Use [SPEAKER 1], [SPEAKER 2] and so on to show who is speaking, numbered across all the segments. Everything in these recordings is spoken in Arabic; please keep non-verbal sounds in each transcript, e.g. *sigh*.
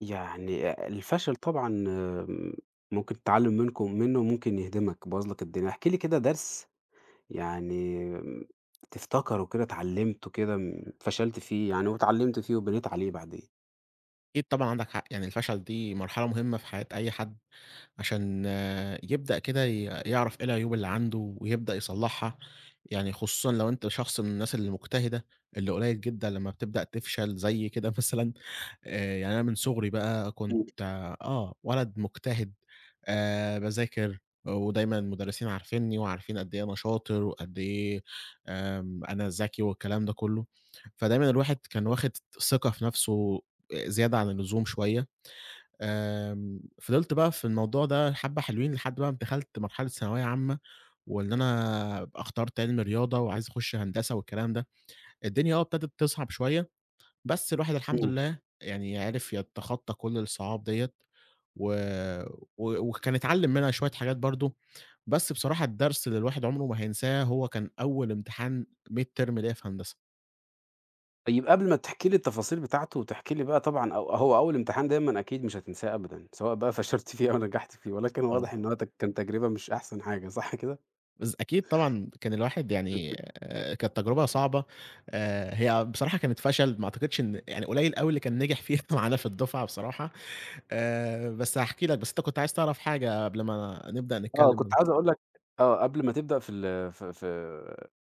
[SPEAKER 1] يعني الفشل طبعًا، ممكن التعلُّم منكم منّه ممكن يهدمك، يبوّظ لك الدنيا. احكِ لي كده درس يعني، تفتكره كده اتعلّمته كده فشلت فيه يعني واتعلّمت فيه وبنيت عليه بعدين.
[SPEAKER 2] أكيد طبعًا عندك حق، يعني الفشل دي مرحلة مهمة في حياة أي حد، عشان يبدأ كده يعرف إيه العيوب اللي عنده ويبدأ يصلّحها، يعني خصوصًا لو أنت شخص من الناس المجتهدة، اللي قليل جدًا لمّا بتبدأ تفشل زي كده *laughs* مثلًا. يعني أنا من صغري بقى كنت ولد مجتهد، باذاكر، ودايمًا المدرسين عارفينّي وعارفين قد إيه أنا شاطر وقد إيه، أنا ذكي والكلام ده كُلّه، فدايمًا الواحد كان واخد ثقة في نَفْسه زيادة عن اللزوم شوية. فضلت بقى في الموضوع ده حبّة حلوين لحد بقى ما دخلت مرحلة ثانوية عامة، وإن أنا أبقى اخترت علمي رياضة وعايز أخُش هندسة والكلام ده. الدنيا ابتدت تصعب شوية، بس الواحد الحمد
[SPEAKER 1] إمم.
[SPEAKER 2] لله يعني عرف يتخطّى كل الصعاب ديّة، و و وكان اتعلّم منها شوية حاجات برضه، بس بصراحة الدرس اللي الواحد عمره ما هينساه هو كان أول امتحان mid term ليّا في هندسة.
[SPEAKER 1] طيب قبل ما تحكي لي التفاصيل بتاعته وتحكي لي بقى طبعًا، أو هو أول امتحان دايمًا أكيد مش هتنساه أبدًا، سواء بقى *laughs* فشلت فيه أو نجحت فيه، ولكن
[SPEAKER 2] آه.
[SPEAKER 1] واضح إن هو كان تجربة مش أحسن حاجة، صح كده؟
[SPEAKER 2] بس أكيد طبعًا كان الواحد يعني، كانت تجربة صعبة. هي بصراحة كانت فشل، ما أعتقدش إن، يعني قليل أوي اللي كان نجح فيها *laughs* معانا في الدفعة بصراحة. بس هاحكي لك، بس أنت كنت عايز تعرف حاجة قبل ما نبدأ
[SPEAKER 1] آه،
[SPEAKER 2] نتكلم
[SPEAKER 1] كنت
[SPEAKER 2] والّا؟
[SPEAKER 1] عاوز أقول لك، قبل ما تبدأ في ال في في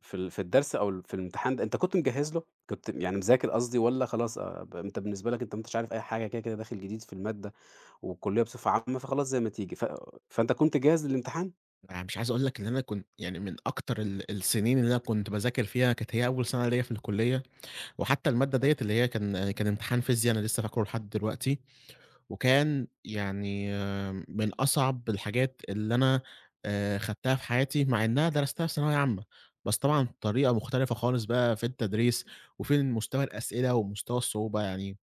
[SPEAKER 1] في ال في الدرس أو في الامتحان ده، أنت كنت مجهّز له؟ كنت يعني مذاكر قصدي، والّا خلاص ب أنت بالنسبة لك أنت ما أنتش عارف أي حاجة، كده، كده داخل جديد في المادة والكلية بصفة عامة، فخلاص زي ما تيجي، فأنت كنت جاهز للامتحان؟
[SPEAKER 2] أنا مش عايز أقول لك إن أنا كنت يعني من أكتر ال السنين اللي أنا كنت باذاكر فيها، كانت هي أول سنة ليّا في الكلية، وحتى المادة ديّة اللي هي كان امتحان فيزيا أنا لسه فاكره لحد دلوقتي. وكان يعني من أصعب الحاجات اللي أنا خدتها في حياتي، مع إنها درستها في ثانوية عامة، بس طبعًا طريقة مختلفة خالص بقى في التدريس، وفي مستوى الأسئلة ومستوى الصعوبة، يعني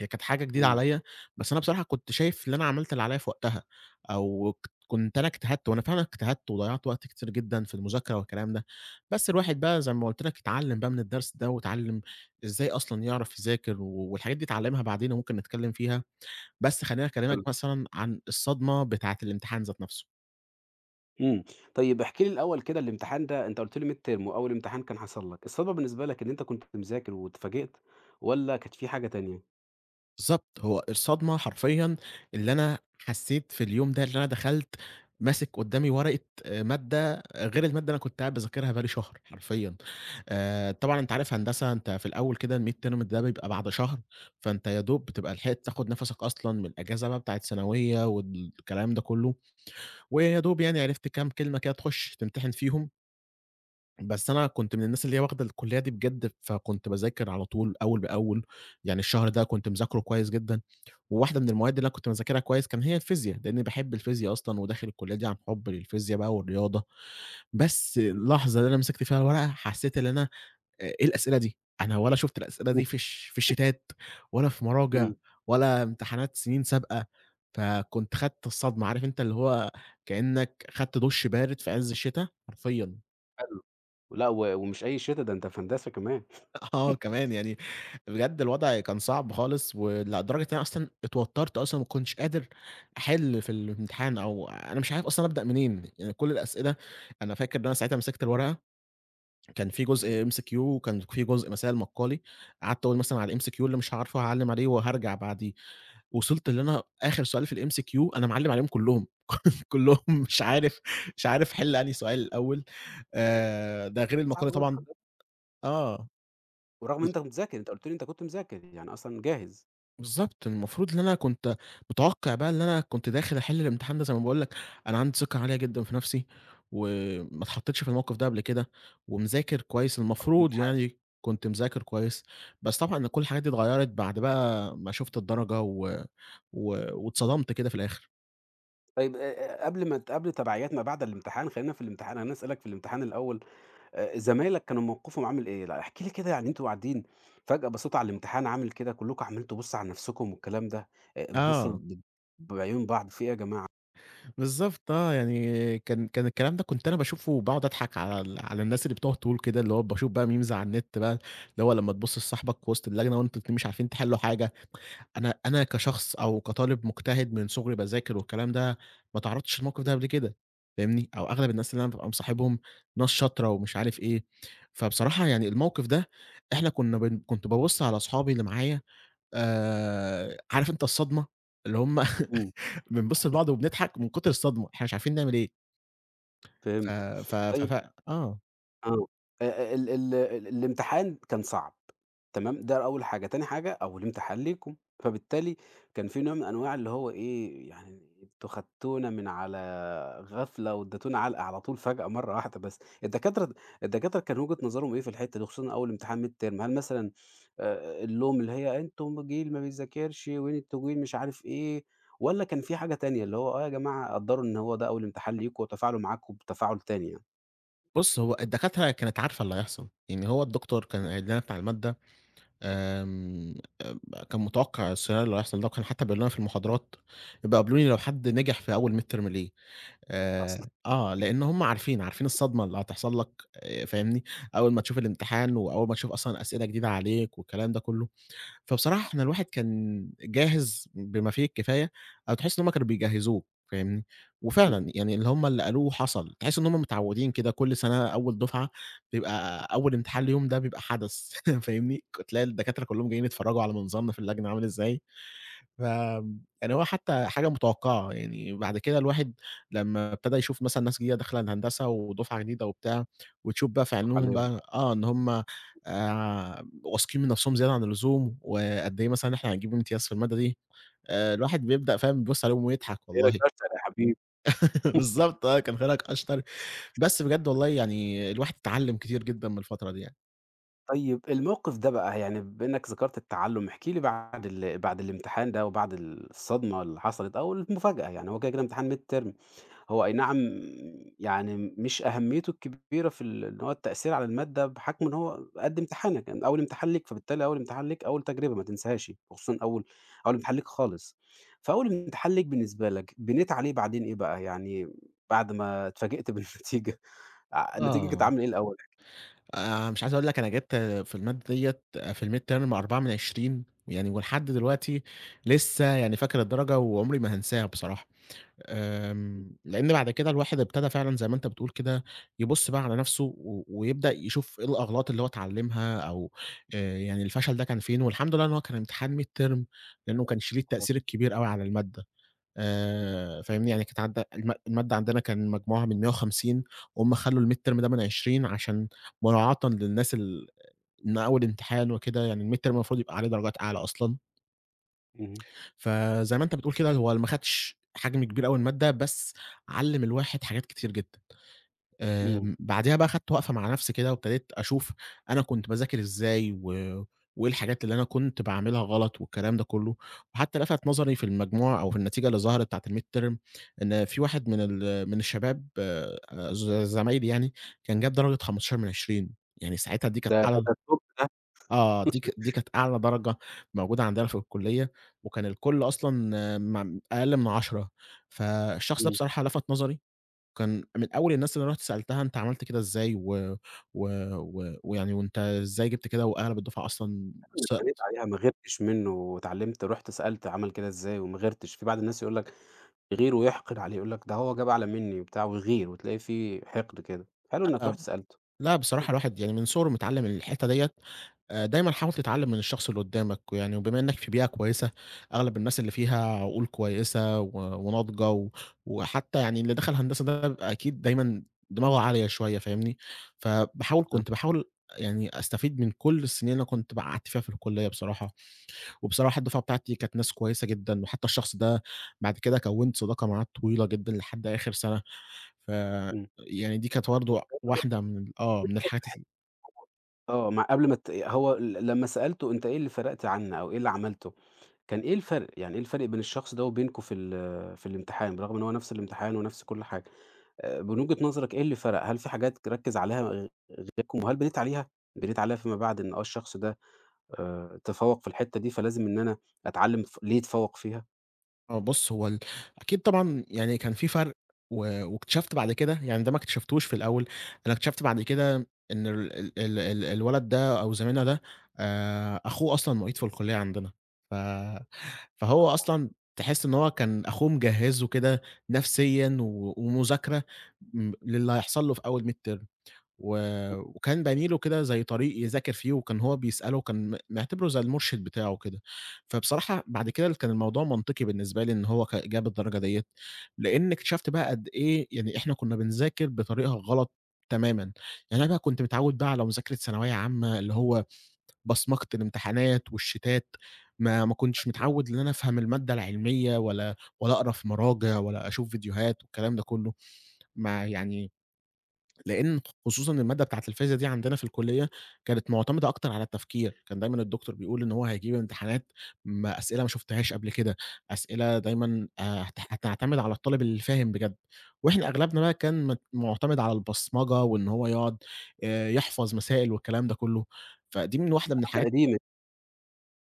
[SPEAKER 2] هي كانت حاجة جديدة
[SPEAKER 1] إمم.
[SPEAKER 2] عليَّ. بس أنا بصراحة كنت شايف اللي أنا عملت اللي عليَّ في وقتها، أو كنت أنا اجتهدت، وأنا فعلًا اجتهدت وضيّعت وقت كتير جدًا في المذاكرة والكلام ده. بس الواحد بقى زي ما قُلت لك اتعلم بقى من الدرس ده، واتعلم إزاي أصلًا يعرف يذاكر، والحاجات دي اتعلمها بعدين وممكن نتكلم فيها. بس خلّيني
[SPEAKER 1] حلو.
[SPEAKER 2] أكلّمك مثلًا عن الصدمة بتاعة الامتحان ذات نَفْسه.
[SPEAKER 1] إمم. طيب احكِ لي الأول كده الامتحان ده، أنت قُلت لي midterm وأول امتحان كان حصل لك، الصدمة بالنسبة لك إن أنت كنت مذاكر واتفاجئت، والّا كانت في حاجة تانية؟
[SPEAKER 2] بالضبط، هو الصدمة حرفيًا اللي أنا حسّيت في اليوم ده اللي أنا دخلت ماسك قدّامي ورقة، مادة غير المادة اللي أنا كنت قاعد باذاكرها بقى لي شهر حرفيًا. طبعًا أنت عارف هندسة، أنت في الأول كده الmid term ده بيبقى بعد شهر، فأنت يا دوب بتبقى لحقت تاخُد نَفَسك أصلًا من الأجازة بقى بتاعة ثانوية والكلام ده كُلّه، ويا دوب يعني عرفت كام كلمة كده تخُش تمتحن فيهم. بس أنا كنت من الناس اللي هي واخدة الكلية دي بجد، فكنت باذاكر على طول أول بأول، يعني الشهر ده كنت مذاكره كويس جدًا، وواحدة من المواد اللي أنا كنت باذاكرها كويس كان هي الفيزيا، لإني باحب الفيزيا أصلًا وداخل الكلية دي عن حُب للفيزيا بقى والرياضة. بس اللحظة اللي أنا مسكت فيها الورقة حسيت إن أنا، إيه الأسئلة دي! أنا ولا شُفت الأسئلة
[SPEAKER 1] إمم.
[SPEAKER 2] دي في الشيتات، ولا في مراجع،
[SPEAKER 1] إمم.
[SPEAKER 2] ولا امتحانات سنين سابقة. فكنت خدت الصدمة، عارف أنت اللي هو، كإنّك خدت دُش بارد في عِز الشتا حرفيًا.
[SPEAKER 1] حلو. لأ، ومش أي شتا، ده أنت في هندسة كمان.
[SPEAKER 2] آه كمان، يعني بجد الوضع كان صعب خالص، لدرجة إن أنا أصلًا اتوترت أصلًا، ما كنتش قادر أحل في الامتحان، أو أنا مش عارف أصلًا أبدأ منين. يعني كل الأسئلة، أنا فاكر إن أنا ساعتها مسكت الورقة، كان في
[SPEAKER 1] إمم.
[SPEAKER 2] جزء MCQ وكان في جزء مثال مقالي. قعدت أقول مثلًا على الMCQ اللي مش هاعرفه هاعلّم عليه وهارجع بعديه، وصلت إن أنا آخر سؤال في الMCQ أنا معلّم عليهم كلّهم، *laughs* كلّهم مش عارف، مش عارف أحل أنهي سؤال الأول. ده غير
[SPEAKER 1] صعب
[SPEAKER 2] المقالي
[SPEAKER 1] أوي
[SPEAKER 2] طبعًا.
[SPEAKER 1] الدرجات،
[SPEAKER 2] آه.
[SPEAKER 1] ورغم إن أنت مذاكر، أنت قُلت لي أنت كنت مذاكر، يعني أصلًا جاهز
[SPEAKER 2] بالضبط، المفروض إن أنا كنت متوقع بقى إن أنا كنت داخل أحل الامتحان ده زي ما باقول لك، أنا عندي ثقة عالية جدًا في نفسي، وما اتحطيتش في الموقف ده قبل كده، ومذاكر كويس، المفروض
[SPEAKER 1] الامتحان.
[SPEAKER 2] يعني كنت مذاكر كويس. بس طبعًا إن كل الحاجات دي اتغيّرت بعد بقى ما شُفت الدرجة، و و واتصدمت كده في الآخر.
[SPEAKER 1] طيب قبل ما قبل تبعيات ما بعد الامتحان، خلّينا في الامتحان، أنا هاسألك في الامتحان الأول، زمايلك كانوا موقفهم عامل إيه؟ لأ احكِ لي كده، يعني أنتم قاعدين فجأة بصيتوا على الامتحان عامل كده، كلّكم عمّالين تبُصّوا على نَفْسكم والكلام ده، بتبُصّوا
[SPEAKER 2] آه،
[SPEAKER 1] بعيون بعض، في إيه يا جماعة؟
[SPEAKER 2] بالضبط، آه، يعني كان كان الكلام ده كنت أنا باشوفه وباقعد أضحك على ال على الناس اللي بتقعد تقول كده، اللي هو باشوف بقى memes على النت بقى، اللي هو لمّا تبُص لصاحبك في وسط اللجنة وأنتم الاتنين مش عارفين تحلوا حاجة. أنا، أنا كشخص أو كطالب مجتهد من صغري باذاكر والكلام ده، ما اتعرّضتش للموقف ده قبل كده، فاهمني؟ أو أغلب الناس اللي أنا بابقى مصاحبهم ناس شاطرة ومش عارف إيه، فبصراحة يعني الموقف ده، إحنا كنا كنت بابُص على أصحابي اللي معايا، عارف أنت الصدمة؟ اللي هم *laughs*
[SPEAKER 1] إمم.
[SPEAKER 2] بنبُص لبعض وبنضحك من كتر الصدمة، إحنا مش عارفين نعمل إيه. ف
[SPEAKER 1] فهمت.
[SPEAKER 2] ف ف
[SPEAKER 1] طيب،
[SPEAKER 2] ف آه،
[SPEAKER 1] آه، ال ال الامتحان كان صعب. تمام، ده أول حاجة، تاني حاجة أولمت حليكم، فبالتالي كان في نوع من أنواع اللي هو إيه، يعني أنتم خدتونا من على غفلة واديتونا علقة على طول فجأة مرة واحدة، بس الدكاترة كان وجهة نظرهم إيه في الحتة دي، خصوصًا أول امتحان mid term؟ هل مثلًا اللوم اللي هي أنتم جيل ما بيذاكرش وأنتم جيل مش عارف إيه، والّا كان في حاجة تانية اللي هو آه يا جماعة قدّروا إن هو ده أول امتحان ليكم وتفاعلوا معاكم بتفاعل تاني يعني؟
[SPEAKER 2] بُص، هو الدكاترة كانت عارفة اللي هيحصل، يعني هو الدكتور كان قايل لنا بتاع المادة، آمم، كان متوقع السيناريو اللي هيحصل ده، وكان حتى بيقولوا لنا في المحاضرات، يبقى قابلوني لو حد نجح في أول midterm ليه.
[SPEAKER 1] أصلًا.
[SPEAKER 2] لإن هم عارفين، عارفين الصدمة اللي هتحصل لك فاهمني؟ أول ما تشوف الامتحان، وأول ما تشوف أصلًا أسئلة جديدة عليك والكلام ده كله. فبصراحة إحنا الواحد كان جاهز بما فيه الكفاية، أو تحس إن هُم كانوا بيجهّزوه، فاهمني،
[SPEAKER 1] *laughs* إمم.
[SPEAKER 2] وفعلًا يعني اللي هُم اللي قالوه حصل، تحس إن هُم متعودين كده كل سنة أول دفعة بيبقى أول امتحان ليهم، ده بيبقى حدث *laughs* فاهمني، ك تلاقي الدكاترة كلّهم جايين يتفرّجوا على منظرنا في اللجنة عامل إزاي. ف يعني هو حتى حاجة متوقعة، يعني بعد كده الواحد لمّا ابتدى يشوف مثلًا ناس جديدة داخلة الهندسة ودُفعة جديدة وبتاع، وتشوف بقى في
[SPEAKER 1] مبروك
[SPEAKER 2] عينيهم
[SPEAKER 1] عليهم
[SPEAKER 2] بقى
[SPEAKER 1] بقى.
[SPEAKER 2] آه، إن هم واثقين من نفسهم زيادة عن اللزوم، وقد إيه مثلًا إحنا هنجيب امتياز في المادة دي، الواحد بيبدأ فاهم يبُص عليهم ويضحك
[SPEAKER 1] إيه،
[SPEAKER 2] والله.
[SPEAKER 1] رجعت يا حبيبي.
[SPEAKER 2] *laughs* بالضبط، آه، كان خيرك أشطر، بس بجد والله يعني الواحد اتعلم كتير جدًا من الفترة دي يعني.
[SPEAKER 1] طيب الموقف ده بقى يعني بما إنك ذكرت التعلُّم، احكِ لي بعد بعد الامتحان ده وبعد الصدمة اللي حصلت أو المفاجأة، يعني هو كده، كده امتحان midterm، هو أي نعم، يعني مش أهميته الكبيرة في إن هو التأثير على المادة بحكم إن هو قد امتحانك، يعني أول امتحان ليك، فبالتالي أول امتحان ليك أول تجربة ما تنساهاش، وخصوصًا أول امتحان ليك خالص. فأول امتحان ليك بالنسبة لك، بنيت عليه بعدين إيه بقى؟ يعني بعد ما اتفاجئت بالنتيجة، *laughs* ع النتيجة كانت
[SPEAKER 2] آه.
[SPEAKER 1] عاملة إيه الأول؟ *laughs* احكِ
[SPEAKER 2] مش عايز أقول لك، أنا جِبت في المادة ديّة في الmid term 4/20، يعني ولحد دلوقتي لسه يعني فاكر الدرجة وعمري ما هانساها بصراحة.
[SPEAKER 1] لي.
[SPEAKER 2] لإن بعد كده الواحد ابتدى فعلًا زي ما أنت بتقول كده، يبُص بقى على نَفْسه، ويبدأ يشوف إيه الأغلاط اللي هو اتعلّمها، أو يعني الفشل ده كان فين، والحمد لله إن هو كان امتحان mid term، لإنه كان شديد
[SPEAKER 1] بالضبط.
[SPEAKER 2] تأثير الكبير أوي على المادة.
[SPEAKER 1] إمم.
[SPEAKER 2] فاهمني، يعني كانت عند المادة عندنا كان مجموعها من 150، وهُم خلّوا الmidterm ده من 20 عشان مراعاةً للناس ال، إن أول امتحان وكده، يعني الmidterm المفروض يبقى عليه درجات أعلى أصلًا.
[SPEAKER 1] اهم.
[SPEAKER 2] فزي ما أنت بتقول كده، هو ما خدش حجم كبير أوي المادة، بس علّم الواحد حاجات كتير جدًا.
[SPEAKER 1] إمم.
[SPEAKER 2] بعديها بقى خدت وقفة مع نفسي كده وابتديت أشوف أنا كنت باذاكر إزاي، وإيه الحاجات اللي أنا كنت باعملها غلط والكلام ده كله، وحتى لفت نظري في المجموع أو في النتيجة اللي ظهرت بتاعة الmidterm، إن في واحد من الشباب، ز زمايلي يعني، كان جاب درجة 15 من 20. يعني ساعتها دي كانت
[SPEAKER 1] ده ده
[SPEAKER 2] أعلى،
[SPEAKER 1] ده الtop ده.
[SPEAKER 2] آه، دي كانت أعلى درجة موجودة عندنا في الكلية، وكان الكل أصلًا أقل من 10. فالشخص ده
[SPEAKER 1] إمم.
[SPEAKER 2] بصراحة لفت نظري، كان من أول الناس اللي أنا رُحت سألتها أنت عملت كده إزاي، و و و ويعني وأنت إزاي جِبت كده، وأغلب الدفعة أصلًا.
[SPEAKER 1] اتبنيت عليها ما غِيرتش منّه، واتعلّمت رُحت سألت عمل كده إزاي وما غِيرتش، في بعض الناس يقول لك يغِير ويحقد عليه، يقول لك ده هو جاب أعلى منّي وبتاع ويغِير، وتلاقي في حقد كده، حلو إنّك رُحت سألته.
[SPEAKER 2] لأ بصراحة الواحد يعني من صغره متعلّم الحتّة ديّة، دايمًا حاول تتعلّم من الشخص اللي قدّامك، ويعني وبما إنّك في بيئة كويسة، أغلب الناس اللي فيها عقول كويسة وناضجة، وحتّى يعني اللي دخل هندسة ده بيبقى أكيد دايمًا دماغه عالية شوية، فاهمني.
[SPEAKER 1] بالضبط.
[SPEAKER 2] كنت باحاول يعني أستفيد من كل السنين اللي أنا كنت قعدت فيها في الكلية بصراحة. وبصراحة الدفعة بتاعتي كانت ناس كويسة جدًا، وحتى الشخص ده بعد كده كوّنت صداقة معاه طويلة جدًا لحد آخر سَنة. ف
[SPEAKER 1] إمم.
[SPEAKER 2] يعني دي كانت برضه واحدة من ال آه، من الحاجات.
[SPEAKER 1] آه، مع قبل ما هو لمّا سألته، أنت إيه اللي فرقت عنّا أو إيه اللي عملته، كان إيه الفرق، يعني إيه الفرق بين الشخص ده وبينكم في الامتحان، برغم إن هو نفْس الامتحان ونفْس كل حاجة، من وجهة نظرك إيه اللي فرق، هل في حاجات ركّز عليها غيركم وهل بنيت عليها، بنيت عليها فيما بعد إن آه الشخص ده تفوّق في الحتّة دي، فلازم إن أنا أتعلّم ليه اتفوّق فيها،
[SPEAKER 2] آه، بُص هو ال أكيد طبعًا يعني كان في فرق، واكتشفت بعد كده، يعني ده ما اكتشفتوش في الأول، أنا اكتشفت بعد كده إن ال ال ال ال الولد ده أو زميلنا ده، أخوه أصلًا معيد في الكلية عندنا. ف فهو أصلًا تحس إن هو كان أخوه مجهّزه كده نفسيًا ومذاكرة للي هيحصل له في أول midterm. و وكان باني له كده زي طريق يذاكر فيه، وكان هو بيسأله، وكان معتبره زي المُرشد بتاعه كده. فبصراحة بعد كده كان الموضوع منطقي بالنسبة لي إن هو جاب الدرجة ديّة، لإن اكتشفت بقى قد إيه يعني إحنا كنا بنذاكر بطريقة غلط تمامًا. يعني أنا بقى كنت متعوّد بقى على مذاكرة ثانوية عامة، اللي هو بصمجة الامتحانات والشيتات، ما كنتش متعوّد إن أنا أفهم المادة العلمية، ولا أقرا في مراجع ولا أشوف فيديوهات والكلام ده كُلّه. ما يعني لإن خصوصًا المادة بتاعة الفيزيا دي عندنا في الكلية كانت معتمدة أكتر على التفكير، كان دايمًا الدكتور بيقول إن هو هيجيب امتحانات، أسئلة ما شُفتهاش قبل كده، أسئلة دايمًا هت هتعتمد على الطالب اللي فاهم بجد، وإحنا أغلبنا بقى كان معتمد على البصمجة وإن هو يقعد يحفظ مسائل والكلام ده كلّه، فدي من واحدة من
[SPEAKER 1] محاماة
[SPEAKER 2] الحاجات.
[SPEAKER 1] قديمة.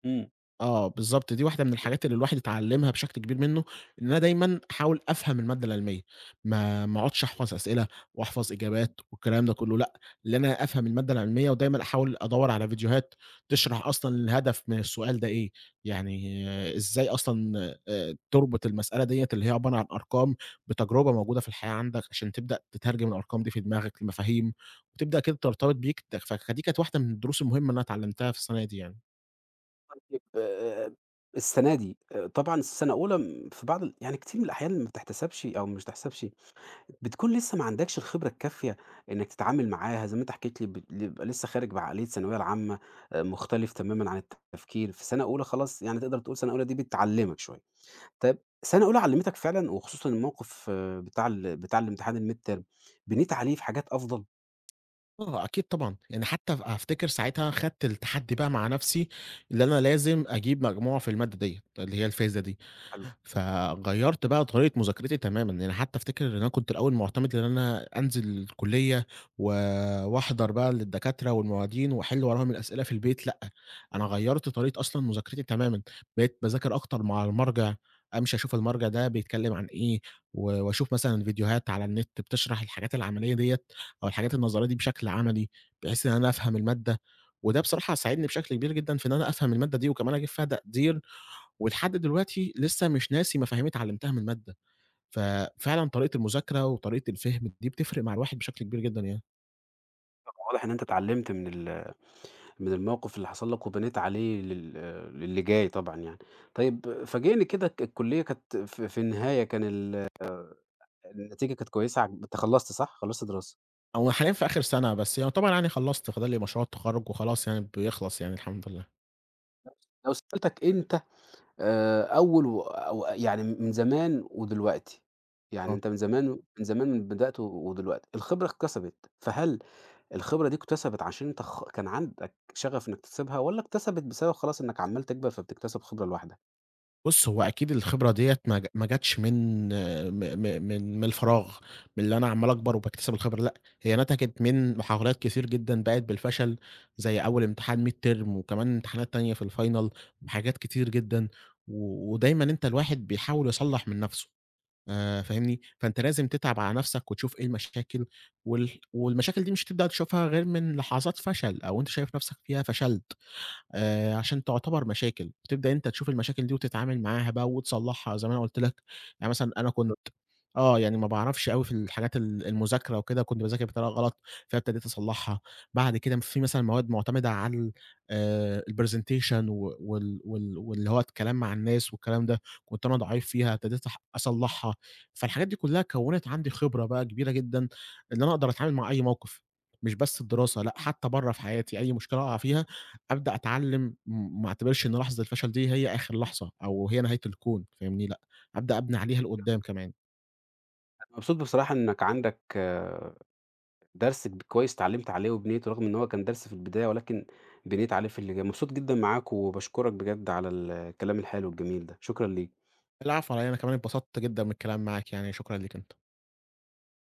[SPEAKER 1] إمم.
[SPEAKER 2] آه، بالضبط، دي واحدة من الحاجات اللي الواحد اتعلّمها بشكل كبير منّه، إن أنا دايمًا أحاول أفهم المادة العلمية، ما أقعدش أحفظ أسئلة وأحفظ إجابات والكلام ده كلّه لأ، اللي أنا أفهم المادة العلمية ودايمًا أحاول أدوّر على فيديوهات تشرح أصلًا الهدف من السؤال ده إيه، يعني إزاي أصلًا تربط المسألة ديّة اللي هي عبارة عن أرقام بتجربة موجودة في الحياة عندك، عشان تبدأ تترجم الأرقام دي في دماغك لمفاهيم وتبدأ كده ترتبط بيك. فدي كانت واحدة من الدروس المهمة اللي أنا اتعلّمتها في السَنة دي يعني.
[SPEAKER 1] طيب السَنة دي طبعًا السَنة أولى في بعض يعني كتير من الأحيان ما بتحتسبش أو مش بتحتسبش، بتكون لسّه ما عندكش الخبرة الكافية إنّك تتعامل معاها زي ما أنت حكيت لي، بيبقى لسّه خارج بعقلية الثانوية العامة، مختلف تمامًا عن التفكير، في سَنة أولى خلاص يعني تقدر تقول سَنة أولى دي بتعلّمك شوية. طيب سَنة أولى علّمتك فعلًا، وخصوصًا الموقف بتاع بتاع الامتحان الmidterm، بنيت عليه في حاجات أفضل؟
[SPEAKER 2] آه، أكيد طبعًا، يعني حتى أفتكر ساعتها خدت التحدي بقى مع نفسي، اللي أنا لازم أجيب مجموع في المادة ديّة، اللي هي الفيزيا دي. فغيّرت بقى طريقة مذاكرتي تمامًا، يعني حتى أفتكر إن أنا كنت الأول مُعتمد إن أنا أنزل الكلية و وأحضر بقى للدكاترة والمعيدين وأحل وراهم الأسئلة في البيت. لأ، أنا غيّرت طريقة أصلًا مذاكرتي تمامًا، بقيت باذاكر أكتر مع المرجع، أمشي أشوف المرجع ده بيتكلم عن إيه، وأشوف مثلًا فيديوهات على النت بتشرح الحاجات العملية ديّة، أو الحاجات النظرية دي بشكل عملي، بحيث إن أنا أفهم المادة. وده بصراحة ساعدني بشكل كبير جدًا في إن أنا أفهم المادة دي، وكمان أجيب فيها تقدير، ولحد دلوقتي لسه مش ناسي مفاهيم اتعلمتها من المادة. ففعلًا طريقة المذاكرة وطريقة الفهم دي بتفرق مع الواحد بشكل كبير جدًا يعني.
[SPEAKER 1] واضح إن أنت اتعلمت من من الموقف اللي حصل لك وبنيت عليه للي جاي طبعًا يعني. طيب فاجئني كده، الكلية كانت في النهاية كان النتيجة كانت كويسة، أنت خلّصت صح؟ خلّصت دراسة.
[SPEAKER 2] هو حاليًا في آخر سنة، بس يعتبر يعني خلّصت، فاضل لي مشروع التخرُّج وخلاص يعني بيخلص يعني الحمد لله.
[SPEAKER 1] لو سألتك أنت أول أو يعني من زمان ودلوقتي، يعني
[SPEAKER 2] آه.
[SPEAKER 1] أنت من زمان، من بدأت ودلوقتي، الخبرة اكتسبت، فهل الخبرة دي اكتسبت عشان أنت كان عندك شغف إنك تكتسبها، والّا اكتسبت بسبب خلاص إنك عمّال تكبر فبتكتسب خبرة لوحدك؟
[SPEAKER 2] بُص، هو أكيد الخبرة ديّة ما جاتش من، م م من من الفراغ، من اللي أنا عمّال أكبر وباكتسب الخبرة لأ، هي نتجت من محاولات كتير جدًا باءت بالفشل، زي أول امتحان midterm وكمان امتحانات تانية في الfinal وحاجات كتير جدًا. ودايمًا أنت الواحد بيحاول يصلّح من نَفْسه، فاهمني؟ فأنت لازم تتعب على نَفْسك وتشوف إيه المشاكل، والمشاكل دي مش هتبدأ تشوفها غير من لحظات فشل، أو أنت شايف نَفْسك فيها فشلت. عشان تعتبر مشاكل، بتبدأ أنت تشوف المشاكل دي وتتعامل معاها بقى وتصلّحها زي ما أنا قُلت لك. يعني مثلًا أنا كنت، يعني ما باعرفش أوي في الحاجات ال المذاكرة وكده، كنت باذاكر بطريقة غلط، فابتديت أصلّحها. بعد كده في مثلًا مواد مُعتمدة على ال، الpresentation و وال وال واللي هو الكلام مع الناس والكلام ده، كنت أنا ضعيف فيها، ابتديت أصلّحها. فالحاجات دي كلّها كوّنت عندي خبرة بقى كبيرة جدًا، إن أنا أقدر أتعامل مع أي موقف، مش بس الدراسة لأ، حتى برّه في حياتي، أي مشكلة أقع فيها أبدأ أتعلّم، ما أعتبرش إن لحظة الفشل دي هي آخر لحظة، أو هي نهاية الكون، فاهمني، لأ، أبدأ أبني عليها لقدّام كمان.
[SPEAKER 1] أنا مبسوط بصراحة إنك عندك درس كويس اتعلّمت عليه وبنيته، رغم إن هو كان درس في البداية، ولكن بنيت عليه في اللي جاي. مبسوط جدًا معاك وباشكرك بجد على الكلام الحلو الجميل ده، شكرًا ليك.
[SPEAKER 2] العفو على إيه، أنا كمان اتبسطت جدًا من الكلام معاك يعني، شكرًا ليك أنت.